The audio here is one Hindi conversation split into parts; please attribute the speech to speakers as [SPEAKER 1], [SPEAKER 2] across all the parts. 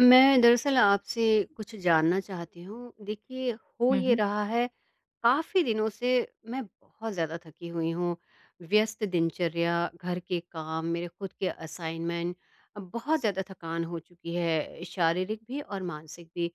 [SPEAKER 1] मैं दरअसल आपसे कुछ जानना चाहती हूँ। देखिए, हो
[SPEAKER 2] हुँ,
[SPEAKER 1] ये
[SPEAKER 2] हुँ।
[SPEAKER 1] रहा है, काफ़ी दिनों से मैं बहुत ज़्यादा थकी हुई हूँ। व्यस्त दिनचर्या, घर के काम, मेरे खुद के असाइनमेंट, बहुत ज़्यादा थकान हो चुकी है, शारीरिक भी और मानसिक भी।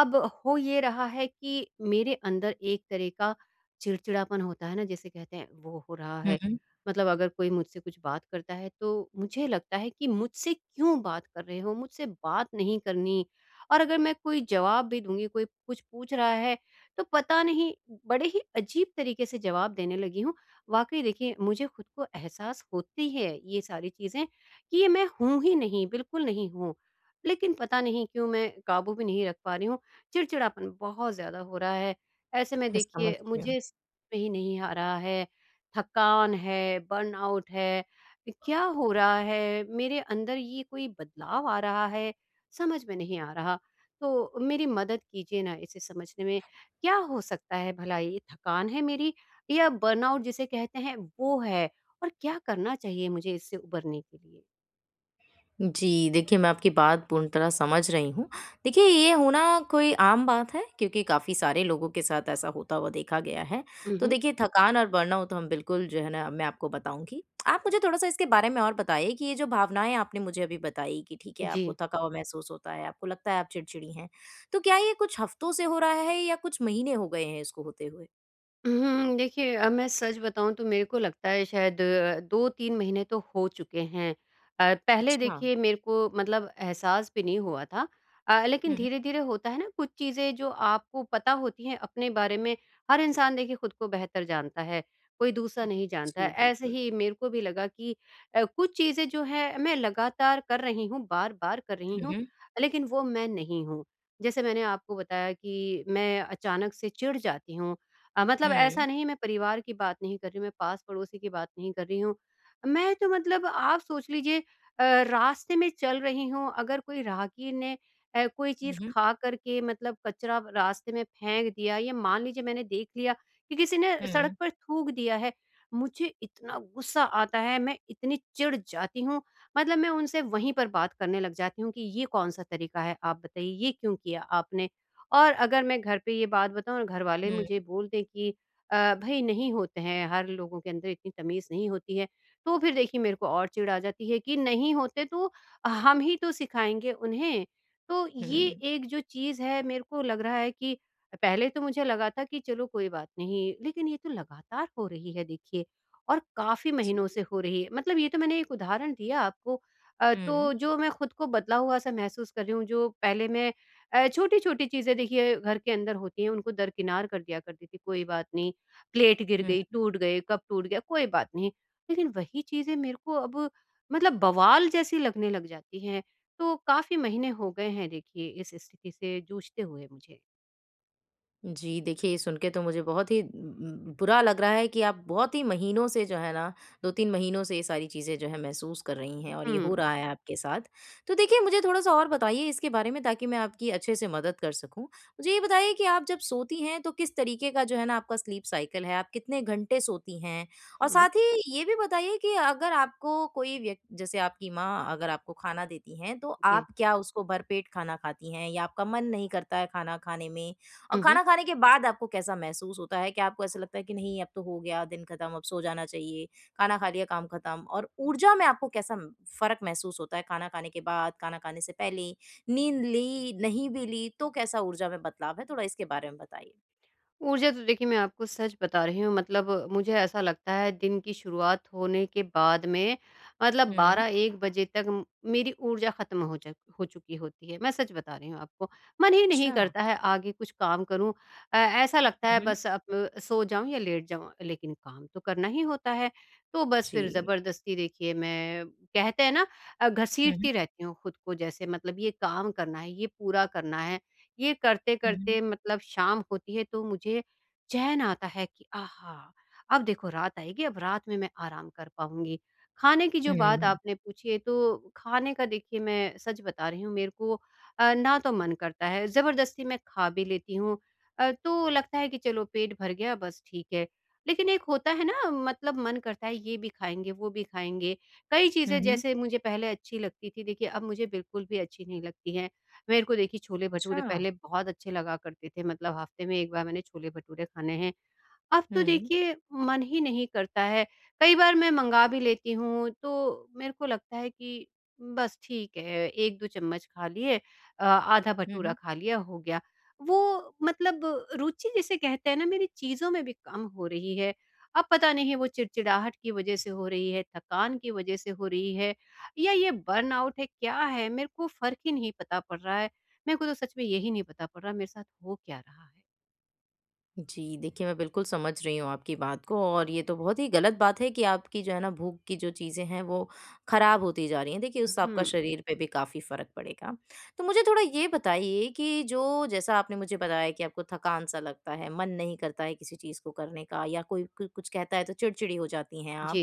[SPEAKER 1] अब हो ये रहा है कि मेरे अंदर एक तरह का चिड़चिड़ापन होता है ना जिसे कहते हैं वो हो रहा
[SPEAKER 2] हुँ,
[SPEAKER 1] है।
[SPEAKER 2] हुँ।
[SPEAKER 1] मतलब अगर कोई मुझसे कुछ बात करता है तो मुझे लगता है कि मुझसे क्यों बात कर रहे हो? मुझसे बात नहीं करनी और अगर मैं कोई जवाब भी दूँगी, कोई कुछ पूछ रहा है तो पता नहीं बड़े ही अजीब तरीके से जवाब देने लगी हूँ। वाक़ई देखिए मुझे खुद को एहसास होती है ये सारी चीज़ें कि ये मैं हूँ ही नहीं, बिल्कुल नहीं हूँ। लेकिन पता नहीं क्यों मैं काबू में नहीं रख पा रही हूँ। चिड़चिड़ापन बहुत ज़्यादा हो रहा है। ऐसे में
[SPEAKER 2] मैं समझ
[SPEAKER 1] देखिए
[SPEAKER 2] रही हूँ।
[SPEAKER 1] मुझे समझ में ही नहीं आ रहा है, थकान है, बर्नआउट है, क्या हो रहा है? मेरे अंदर ये कोई बदलाव आ रहा है, समझ में नहीं आ रहा। तो मेरी मदद कीजिए ना इसे समझने में, क्या हो सकता है भला ये थकान है मेरी या बर्नआउट जिसे कहते हैं वो है? और क्या करना चाहिए मुझे इससे उबरने के लिए?
[SPEAKER 2] जी, देखिए मैं आपकी बात पूर्ण तरह समझ रही हूँ। देखिए ये होना कोई आम बात है क्योंकि काफ़ी सारे लोगों के साथ ऐसा होता हुआ देखा गया है।
[SPEAKER 1] हुँ,
[SPEAKER 2] तो
[SPEAKER 1] हुँ।
[SPEAKER 2] देखिए थकान और बर्नआउट तो हम बिल्कुल जो है ना मैं आपको बताऊँगी। आप मुझे थोड़ा-सा इसके बारे में और बताइए कि ये जो भावनाएँ आपने मुझे अभी बताई कि ठीक है आपको
[SPEAKER 1] जी।
[SPEAKER 2] थका हुआ महसूस होता है, आपको लगता है आप चिड़चिड़ी हैं। तो क्या ये कुछ हफ्तों से हो रहा है या कुछ महीने हो गए हैं इसको होते हुए?
[SPEAKER 1] हुँ, देखिए मैं सच बताऊँ तो मेरे को लगता है शायद 2-3 महीने तो हो चुके हैं। पहले
[SPEAKER 2] अच्छा।
[SPEAKER 1] देखिए मेरे को मतलब एहसास भी नहीं हुआ था। लेकिन
[SPEAKER 2] हुँ, हुँ।
[SPEAKER 1] धीरे-धीरे होता है ना कुछ चीज़ें जो आपको पता होती हैं अपने बारे में, हर इंसान देखिए खुद को बेहतर जानता है, कोई दूसरा नहीं जानता है।
[SPEAKER 2] जी,
[SPEAKER 1] ऐसे
[SPEAKER 2] बिल्कुल।
[SPEAKER 1] ही मेरे को भी लगा कि कुछ चीज़ें जो हैं मैं लगातार कर रही हूँ, बार-बार कर रही
[SPEAKER 2] हुँ,
[SPEAKER 1] हूँ,
[SPEAKER 2] हुँ।
[SPEAKER 1] लेकिन वो मैं नहीं हूँ। जैसे मैंने आपको बताया कि मैं अचानक से चिढ़ जाती हूँ मतलब
[SPEAKER 2] हुँ।
[SPEAKER 1] ऐसा नहीं मैं परिवार की बात नहीं कर रही हूँ, मैं पास-पड़ोसी की बात नहीं कर रही हूँ। मैं तो मतलब आप सोच लीजिए अ, रास्ते में चल रही हूँ, अगर कोई राहगीर ने कोई
[SPEAKER 2] हुँ,
[SPEAKER 1] चीज़
[SPEAKER 2] हुँ।
[SPEAKER 1] खा कर के मतलब कचरा रास्ते में फेंक दिया या मान लीजिए मैंने देख लिया कि किसी ने
[SPEAKER 2] हुँ,
[SPEAKER 1] सड़क
[SPEAKER 2] हुँ।
[SPEAKER 1] पर थूक दिया है, मुझे इतना गुस्सा आता है, मैं इतनी चिढ़ जाती हूँ, मतलब मैं उनसे वहीं पर बात करने लग जाती हूँ कि ये कौन-सा तरीका है आप बताइए, ये क्यों किया आपने? और अगर मैं घर पे ये बात बताऊँ और घरवाले मुझे बोल दें कि भई नहीं होते हैं, हर लोगों के अंदर इतनी तमीज़ नहीं होती है, तो फिर देखिए मेरे को और चिढ़ आ जाती है कि नहीं होते तो हम ही तो सिखाएँगे उन्हें। तो ये
[SPEAKER 2] हुँ।
[SPEAKER 1] एक जो चीज़ है मेरे को लग रहा है कि पहले तो मुझे लगा था कि चलो कोई बात नहीं, लेकिन ये तो लगातार हो रही है देखिए और काफ़ी
[SPEAKER 2] जी।
[SPEAKER 1] महीनों से हो रही है। मतलब ये तो मैंने एक उदाहरण दिया आपको
[SPEAKER 2] हुँ, हुँ।
[SPEAKER 1] तो जो मैं खुद को बदला हुआ-सा महसूस कर रही हूँ, जो पहले मैं छोटी-छोटी चीज़ें देखिए घर के अंदर होती हैं, उनको दरकिनार कर दिया करती थी, कोई बात नहीं, प्लेट गिर गई, टूट गए, कप टूट गया, कोई बात नहीं। लेकिन वही चीज़ें मेरे को अब मतलब बवाल जैसी लगने लग जाती हैं, तो काफ़ी महीने हो गए हैं देखिए इस स्थिति से जूझते हुए मुझे।
[SPEAKER 2] जी, देखिए, ये सुन के तो मुझे बहुत ही बुरा लग रहा है कि आप बहुत ही महीनों से जो है ना, 2-3 महीनों से ये सारी चीज़ें जो है महसूस कर रही हैं और
[SPEAKER 1] हुँ,
[SPEAKER 2] ये हो रहा है आपके साथ। तो देखिए, मुझे थोड़ा-सा और बताइए इसके बारे में ताकि मैं आपकी अच्छे से मदद कर सकूँ। मुझे ये बताइए कि आप जब सोती हैं तो किस तरीके का जो है ना आपका स्लीप साइकिल है, आप कितने घंटे सोती हैं? और
[SPEAKER 1] हुँ,
[SPEAKER 2] साथ ही ये भी बताइए कि अगर आपको कोई व्यक जैसे आपकी माँ अगर आपको खाना देती हैं, तो
[SPEAKER 1] जी।
[SPEAKER 2] आप क्या उसको भरपेट खाना खाती हैं या आपका मन नहीं करता है खाना खाने में। और
[SPEAKER 1] हुँ, हुँ।
[SPEAKER 2] खाना खाने के बाद आपको कैसा महसूस होता है? क्या आपको ऐसा लगता है कि नहीं अब तो हो गया, दिन खत्म, अब सो जाना चाहिए, खाना खा लिया, काम खत्म और ऊर्जा में आपको कैसा म फ़र्क महसूस होता है खाना खाने के बाद, खाना खाने से पहले, नींद ली, नहीं भी ली तो कैसा ऊर्जा में बदलाव है? थोड़ा इसके बारे में बताइए।
[SPEAKER 1] ऊर्जा तो देखिए मैं आपको सच बता रही हूँ मतलब मुझे ऐसा लगता है दिन की शुरुआत होने के बाद में मतलब
[SPEAKER 2] हुँ,
[SPEAKER 1] 12-1 बजे तक मेरी ऊर्जा खत्म हो जा हो चुकी होती है मैं सच बता रही हूँ आपको मन ही नहीं
[SPEAKER 2] अच्छा।
[SPEAKER 1] करता है आगे कुछ काम करूँ ऐसा लगता
[SPEAKER 2] हुँ,
[SPEAKER 1] है
[SPEAKER 2] हुँ।
[SPEAKER 1] बस अब सो जाऊँ या लेट जाऊँ लेकिन काम तो करना ही होता है तो बस फिर
[SPEAKER 2] जी।
[SPEAKER 1] जबरदस्ती देखिए मैं कहते हैं ना
[SPEAKER 2] हुँ, हुँ।
[SPEAKER 1] घसीटती रहती हूँ खुद को जैसे मतलब ये काम करना है ये पूरा करना है ये
[SPEAKER 2] हुँ, हुँ।
[SPEAKER 1] करते-करते मतलब शाम होती है तो मुझे चैन आता है कि आहा! अब देखो रात आएगी, अब रात में मैं आराम कर पाऊँगी। खाने की जो बात
[SPEAKER 2] हुँ।
[SPEAKER 1] आपने पूछी है तो खाने का देखिए मैं सच बता रही हूँ मेरे को ना तो मन करता है, ज़बरदस्ती मैं खा भी लेती हूँ। तो लगता है कि चलो पेट भर गया बस ठीक है। लेकिन एक होता है ना मतलब मन करता है ये भी खाएँगे, वो भी खाएँगे। कई
[SPEAKER 2] हुँ,
[SPEAKER 1] चीज़ें
[SPEAKER 2] हुँ।
[SPEAKER 1] जैसे मुझे पहले अच्छी लगती थी देखिए अब मुझे बिल्कुल भी अच्छी नहीं लगती हैं। मेरे को देखिए छोले-भटूरे
[SPEAKER 2] अच्छा।
[SPEAKER 1] पहले बहुत अच्छे लगा करते थे, मतलब हफ्ते में 1 बार मैंने छोले-भटूरे खाने हैं। अब
[SPEAKER 2] हुँ,
[SPEAKER 1] तो
[SPEAKER 2] हुँ।
[SPEAKER 1] देखिए मन ही नहीं करता है। कई बार मैं मँगा भी लेती हूँ तो मेरे को लगता है कि बस ठीक है 1-2 चम्मच खा लिए आधा
[SPEAKER 2] हुँ,
[SPEAKER 1] भटूरा
[SPEAKER 2] हुँ।
[SPEAKER 1] खा लिया हो गया। वो मतलब रुचि जिसे कहते हैं ना मेरी चीज़ों में भी कम हो रही है। अब पता नहीं वो चिड़चिड़ाहट की वज़ह से हो रही है, थकान की वज़ह से हो रही है या ये बर्नआउट है, क्या है? मेरे को फ़र्क ही नहीं पता पड़ रहा है। मेरे को तो सच में यही नहीं पता पड़ रहा मेरे साथ हो क्या रहा है।
[SPEAKER 2] जी, देखिए मैं बिल्कुल समझ रही हूँ आपकी बात को और ये तो बहुत ही गलत बात है कि आपकी जो है ना भूख की जो चीज़ें हैं वो ख़राब होती जा रही हैं। देखिए उससे आपका
[SPEAKER 1] हुँ,
[SPEAKER 2] शरीर पे भी काफ़ी फ़र्क पड़ेगा। तो मुझे थोड़ा ये बताइए कि जो जैसा आपने मुझे बताया कि आपको थकान-सा लगता है, मन नहीं करता है किसी चीज़ को करने का या कोई कु कुछ कहता है तो चिड़चिड़ी हो जाती हैं आप।
[SPEAKER 1] जी।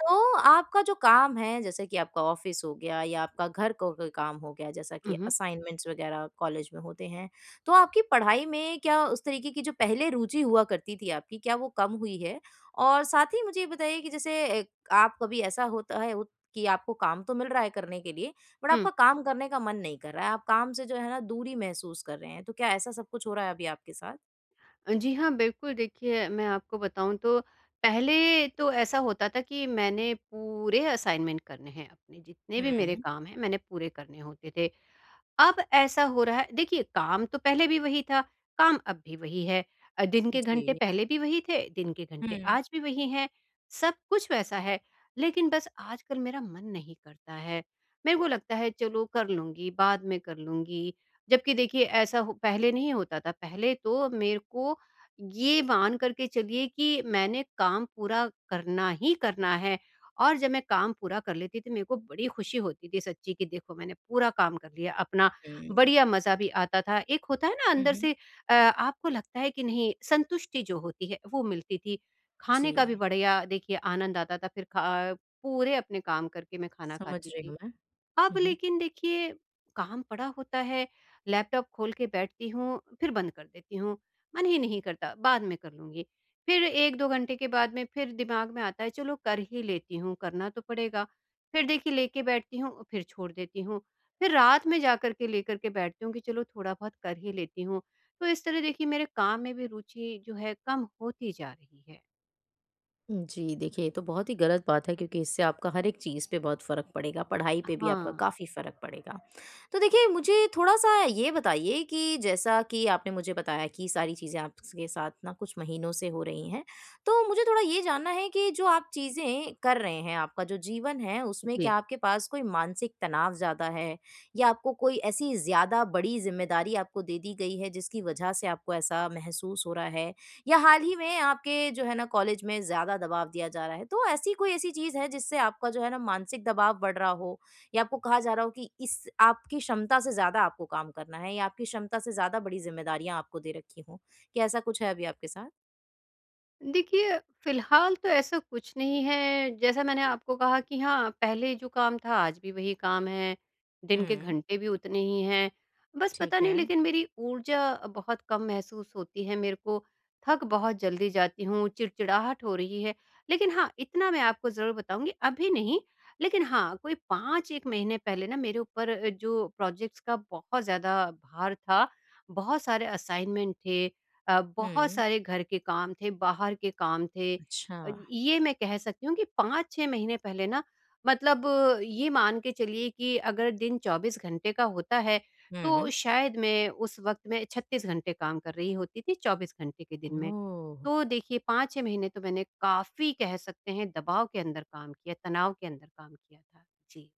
[SPEAKER 2] तो आपका जो काम है जैसे कि आपका ऑफिस हो गया या आपका घर का कोई काम हो गया जैसा
[SPEAKER 1] हुँ,
[SPEAKER 2] कि
[SPEAKER 1] हुँ।
[SPEAKER 2] असाइनमेंट्स वगैरह कॉलेज में होते हैं, तो आपकी पढ़ाई में क्या उस तरीके की जो पहले रुचि हुआ करती थी आपकी क्या वो कम हुई है? और साथ ही मुझे ये बताइए कि जैसे आप कभी ऐसा होता है उत कि आपको काम तो मिल रहा है करने के लिए, बट
[SPEAKER 1] हुँ।
[SPEAKER 2] आपका काम करने का मन नहीं कर रहा है, आप काम से जो है ना दूरी महसूस कर रहे हैं, तो क्या ऐसा सब कुछ हो रहा है अभी आपके साथ?
[SPEAKER 1] जी हाँ, बिल्कुल, देखिए मैं आपको बताऊँ तो पहले तो ऐसा होता था कि मैंने पूरे असाइनमेंट करने हैं अपने, जितने भी मेरे
[SPEAKER 2] हुँ,
[SPEAKER 1] काम हैं मैंने पूरे करने होते थे। अब ऐसा हो रहा है देखिए काम तो पहले भी वही था, काम अब भी वही है। दिन के घंटे
[SPEAKER 2] जी।
[SPEAKER 1] पहले भी वही थे, दिन के घंटे
[SPEAKER 2] हुँ,
[SPEAKER 1] आज भी वही हैं। सब कुछ वैसा है, लेकिन बस आजकल मेरा मन नहीं करता है। मेरे को लगता है चलो कर लूँगी, बाद में कर लूँगी। जबकि देखिए ऐसा हो पहले नहीं होता था, पहले तो मेरे को ये मान कर के चलिए कि मैंने काम पूरा करना ही करना है और जब मैं काम पूरा कर लेती थी, मेरे को बड़ी खुशी होती थी सच्ची कि देखो मैंने पूरा काम कर लिया अपना।
[SPEAKER 2] हुँ,
[SPEAKER 1] बढ़िया मज़ा भी आता था। एक होता है ना
[SPEAKER 2] हुँ,
[SPEAKER 1] अंदर
[SPEAKER 2] हुँ।
[SPEAKER 1] से आपको लगता है कि नहीं संतुष्टि जो होती है वो मिलती थी। खाने का भी
[SPEAKER 2] जी,
[SPEAKER 1] बढ़िया देखिए आनंद आता था फिर खा पूरे अपने काम करके मैं खाना
[SPEAKER 2] समझ
[SPEAKER 1] खाती
[SPEAKER 2] रही
[SPEAKER 1] थी।
[SPEAKER 2] हूँ मैं।
[SPEAKER 1] अब
[SPEAKER 2] हुँ, हुँ।
[SPEAKER 1] लेकिन देखिए काम पड़ा होता है, लैपटॉप खोल के बैठती हूँ, फिर बंद कर देती हूँ, मन ही नहीं करता, बाद में कर लूँगी। फिर 1-2 घंटे के बाद में फिर दिमाग में आता है चलो कर ही लेती हूँ, करना तो पड़ेगा। फिर देखिए लेके बैठती हूँ, फिर छोड़ देती हूँ। फिर रात में जाकर के लेकर के बैठती हूँ कि चलो थोड़ा बहुत कर ही लेती हूँ। तो इस तरह देखिए मेरे काम में भी रुचि जो है कम होती जा रही है।
[SPEAKER 2] जी, देखिए ये तो बहुत ही गलत बात है क्योंकि इससे आपका हर एक चीज़ पे बहुत फ़र्क पड़ेगा, पढ़ाई पे भी आपका
[SPEAKER 1] हाँ।
[SPEAKER 2] काफ़ी फ़र्क पड़ेगा। तो देखिए मुझे थोड़ा-सा ये बताइए कि जैसा कि आपने मुझे बताया कि सारी चीज़ें आपके साथ ना कुछ महीनों से हो रही हैं, तो मुझे थोड़ा ये जानना है कि जो आप चीज़ें कर रहे हैं, आपका जो जीवन है उसमें
[SPEAKER 1] जी।
[SPEAKER 2] क्या आपके पास कोई मानसिक तनाव ज़्यादा है? या आपको कोई ऐसी ज़्यादा बड़ी ज़िम्मेदारी आपको दे दी गई है जिसकी वजह से आपको ऐसा महसूस हो रहा है? या हाल ही में आपके जो है ना कॉलेज में ज़्यादा दबाव दिया जा रहा है। तो ऐसी कोई ऐसी चीज़ है जिससे आपका जो है ना मानसिक दबाव बढ़ रहा हो या आपको कहा जा रहा हो कि इस आपकी क्षमता से ज़्यादा आपको काम करना है या आपकी क्षमता से ज़्यादा बड़ी ज़िम्मेदारियाँ आपको दे रखी हों? क्या ऐसा कुछ है अभी आपके साथ?
[SPEAKER 1] देखिए, फ़िलहाल तो ऐसा कुछ नहीं है, जैसा मैंने आपको कहा कि हाँ, पहले जो काम था आज भी वही काम है, दिन के
[SPEAKER 2] हुँ,
[SPEAKER 1] घंटे भी उतने ही हैं। बस पता
[SPEAKER 2] ठीक
[SPEAKER 1] नहीं
[SPEAKER 2] है।
[SPEAKER 1] लेकिन मेरी ऊर्जा बहुत कम महसूस होती है मेरे को, थक बहुत जल्दी जाती हूँ, चिड़चिड़ाहट हो रही है। लेकिन हाँ, इतना मैं आपको ज़रूर बताऊँगी अभी नहीं, लेकिन हाँ, कोई 5-1 महीने पहले ना मेरे ऊपर जो प्रोजेक्ट्स का बहुत ज़्यादा भार था, बहुत सारे असाइनमेंट थे बहुत
[SPEAKER 2] हुँ,
[SPEAKER 1] सारे घर के काम थे, बाहर के काम थे।
[SPEAKER 2] अच्छा।
[SPEAKER 1] ये मैं कह सकती हूँ कि 5-6 महीने पहले ना मतलब ये मान के चलिए कि अगर दिन 24 घंटे का होता है, तो
[SPEAKER 2] हुँ,
[SPEAKER 1] शायद मैं उस वक़्त में 36 घंटे काम कर रही होती थी 24 घंटे के दिन में।
[SPEAKER 2] ओह!
[SPEAKER 1] तो देखिए 5-6 महीने तो मैंने काफ़ी कह सकते हैं दबाव के अंदर काम किया, तनाव के अंदर काम किया था। जी।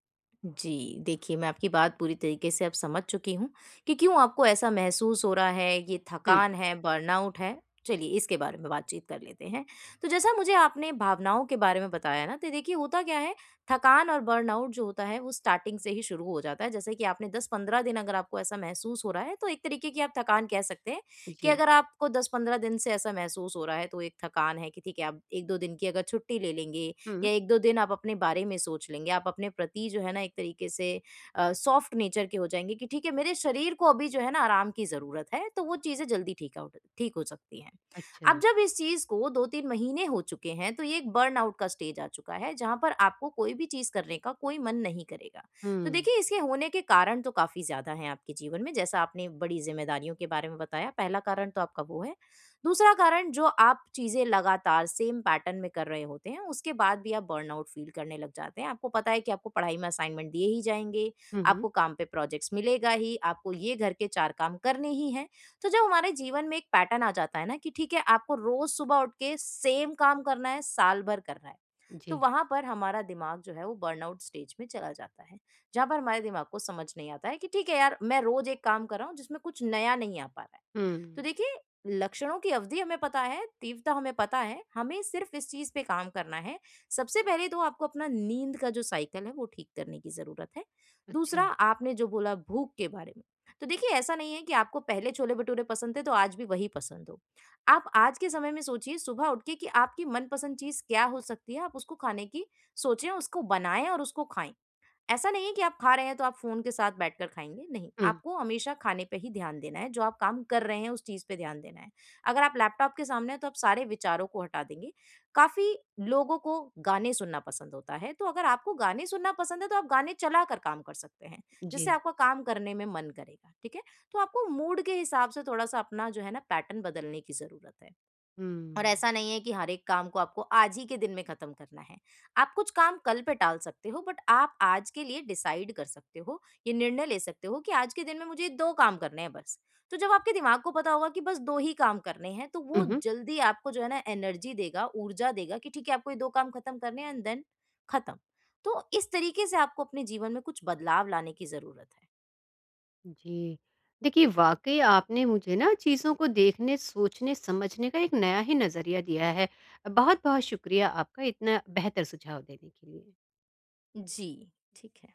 [SPEAKER 2] जी, देखिए मैं आपकी बात पूरी तरीके से अब समझ चुकी हूँ कि क्यों आपको ऐसा महसूस हो रहा है, ये
[SPEAKER 1] हुँ।
[SPEAKER 2] थकान है, बर्नआउट है। चलिए इसके बारे में बातचीत कर लेते हैं। तो जैसा मुझे आपने भावनाओं के बारे में बताया ना, तो देखिए होता क्या है, थकान और बर्नआउट जो होता है वो स्टार्टिंग से ही शुरू हो जाता है। जैसे कि आपने 10-15 दिन अगर आपको ऐसा महसूस हो रहा है, तो एक तरीके की आप थकान कह सकते हैं कि
[SPEAKER 1] जी।
[SPEAKER 2] अगर आपको 10-15 दिन से ऐसा महसूस हो रहा है, तो एक थकान है कि ठीक है, आप 1-2 दिन की अगर छुट्टी ले लेंगे
[SPEAKER 1] हुँ।
[SPEAKER 2] या 1-2 दिन आप अपने बारे में सोच लेंगे। आप अपने प्रति जो है ना एक तरीके से सॉफ्ट नेचर के हो जाएँगे कि ठीक है मेरे शरीर को अभी जो है ना आराम की ज़रूरत है, तो वो चीज़ें जल्दी ठीक हो सकती हैं।
[SPEAKER 1] अच्छा।
[SPEAKER 2] अब जब इस चीज़ को 2-3 महीने हो चुके हैं, तो ये एक बर्नआउट का स्टेज आ चुका है, जहाँ पर आपको कोई भी चीज़ करने का कोई मन नहीं करेगा। तो
[SPEAKER 1] हुँ।
[SPEAKER 2] देखिए इसके होने के कारण तो काफ़ी ज़्यादा हैं आपके जीवन में, जैसा आपने बड़ी ज़िम्मेदारियों के बारे में बताया, पहला कारण तो आपका वो है। दूसरा कारण जो आप चीज़ें लगातार सेम पैटर्न में कर रहे होते हैं, उसके बाद भी आप बर्नआउट फ़ील करने लग जाते हैं। आपको पता है कि आपको पढ़ाई में असाइनमेंट दिए ही जाएँगे,
[SPEAKER 1] हुँ, हुँ।
[SPEAKER 2] आपको काम पे प्रोजेक्ट्स मिलेगा ही, आपको ये घर के 4 काम करने ही हैं। तो जब हमारे जीवन में एक पैटर्न आ जाता है ना कि ठीक है, आपको रोज़ सुबह उठ के सेम काम करना है, साल भर करना है। तो
[SPEAKER 1] जी।
[SPEAKER 2] वहाँ पर हमारा दिमाग जो है वो बर्नआउट स्टेज में चला जाता है, जहाँ पर हमारे दिमाग को समझ नहीं आता है कि ठीक है यार, मैं रोज़ एक काम कर रहा हूँ जिसमें कुछ नया नहीं आ पा रहा है।
[SPEAKER 1] हुँ।
[SPEAKER 2] तो देखिए लक्षणों की अवधि हमें पता है, तीव्रता हमें पता है, हमें सिर्फ इस चीज़ पे काम करना है। सबसे पहले तो आपको अपना नींद का जो साइकिल है वो ठीक करने की ज़रूरत है।
[SPEAKER 1] अच्छा।
[SPEAKER 2] दूसरा आपने जो बोला भूख के बारे में, तो देखिए ऐसा नहीं है कि आपको पहले छोले-भटूरे पसंद थे तो आज भी वही पसंद हो। आप आज के समय में सोचिए सुबह उठ के कि आपकी मनपसंद चीज़ क्या हो सकती है, आप उसको खाने की सोचें, उसको बनाएँ और उसको खाएँ। ऐसा नहीं है कि आप खा रहे हैं तो आप फ़ोन के साथ बैठकर खाएँगे, नहीं।
[SPEAKER 1] हुँ।
[SPEAKER 2] आपको हमेशा खाने पे ही ध्यान देना है, जो आप काम कर रहे हैं उस चीज़ पे ध्यान देना है। अगर आप लैपटॉप के सामने हैं तो आप सारे विचारों को हटा देंगे। काफ़ी लोगों को गाने सुनना पसंद होता है, तो अगर आपको गाने सुनना पसंद है तो आप गाने चलाकर काम कर सकते हैं, जिससे
[SPEAKER 1] जी।
[SPEAKER 2] आपका काम करने में मन करेगा, ठीक है? तो आपको मूड के हिसाब से थोड़ा-सा अपना जो है ना पैटर्न बदलने की ज़रूरत है। और
[SPEAKER 1] हुँ।
[SPEAKER 2] ऐसा नहीं है कि हर एक काम को आपको आज ही के दिन में खत्म करना है। आप कुछ काम कल पे टाल सकते हो, बट आप आज के लिए डिसाइड कर सकते हो, ये निर्णय ले सकते हो कि आज के दिन में मुझे दो काम करने हैं बस। तो जब आपके दिमाग को पता होगा कि बस दो ही काम करने हैं तो वो
[SPEAKER 1] उहुँ,
[SPEAKER 2] जल्दी आपको जो है ना एनर्जी देगा, ऊर्जा देगा कि ठीक है आपको ये दो काम खत्म करने हैं एंड देन खत्म। तो इस तरीके से आपको अपने जीवन में कुछ बदलाव लाने की जरूरत
[SPEAKER 1] जी। देखिए, वाक़ई आपने मुझे ना चीज़ों को देखने, सोचने, समझने का एक नया ही नज़रिया दिया है। बहुत-बहुत शुक्रिया आपका इतना बेहतर सुझाव देने के लिए।
[SPEAKER 2] है। जी, ठीक है।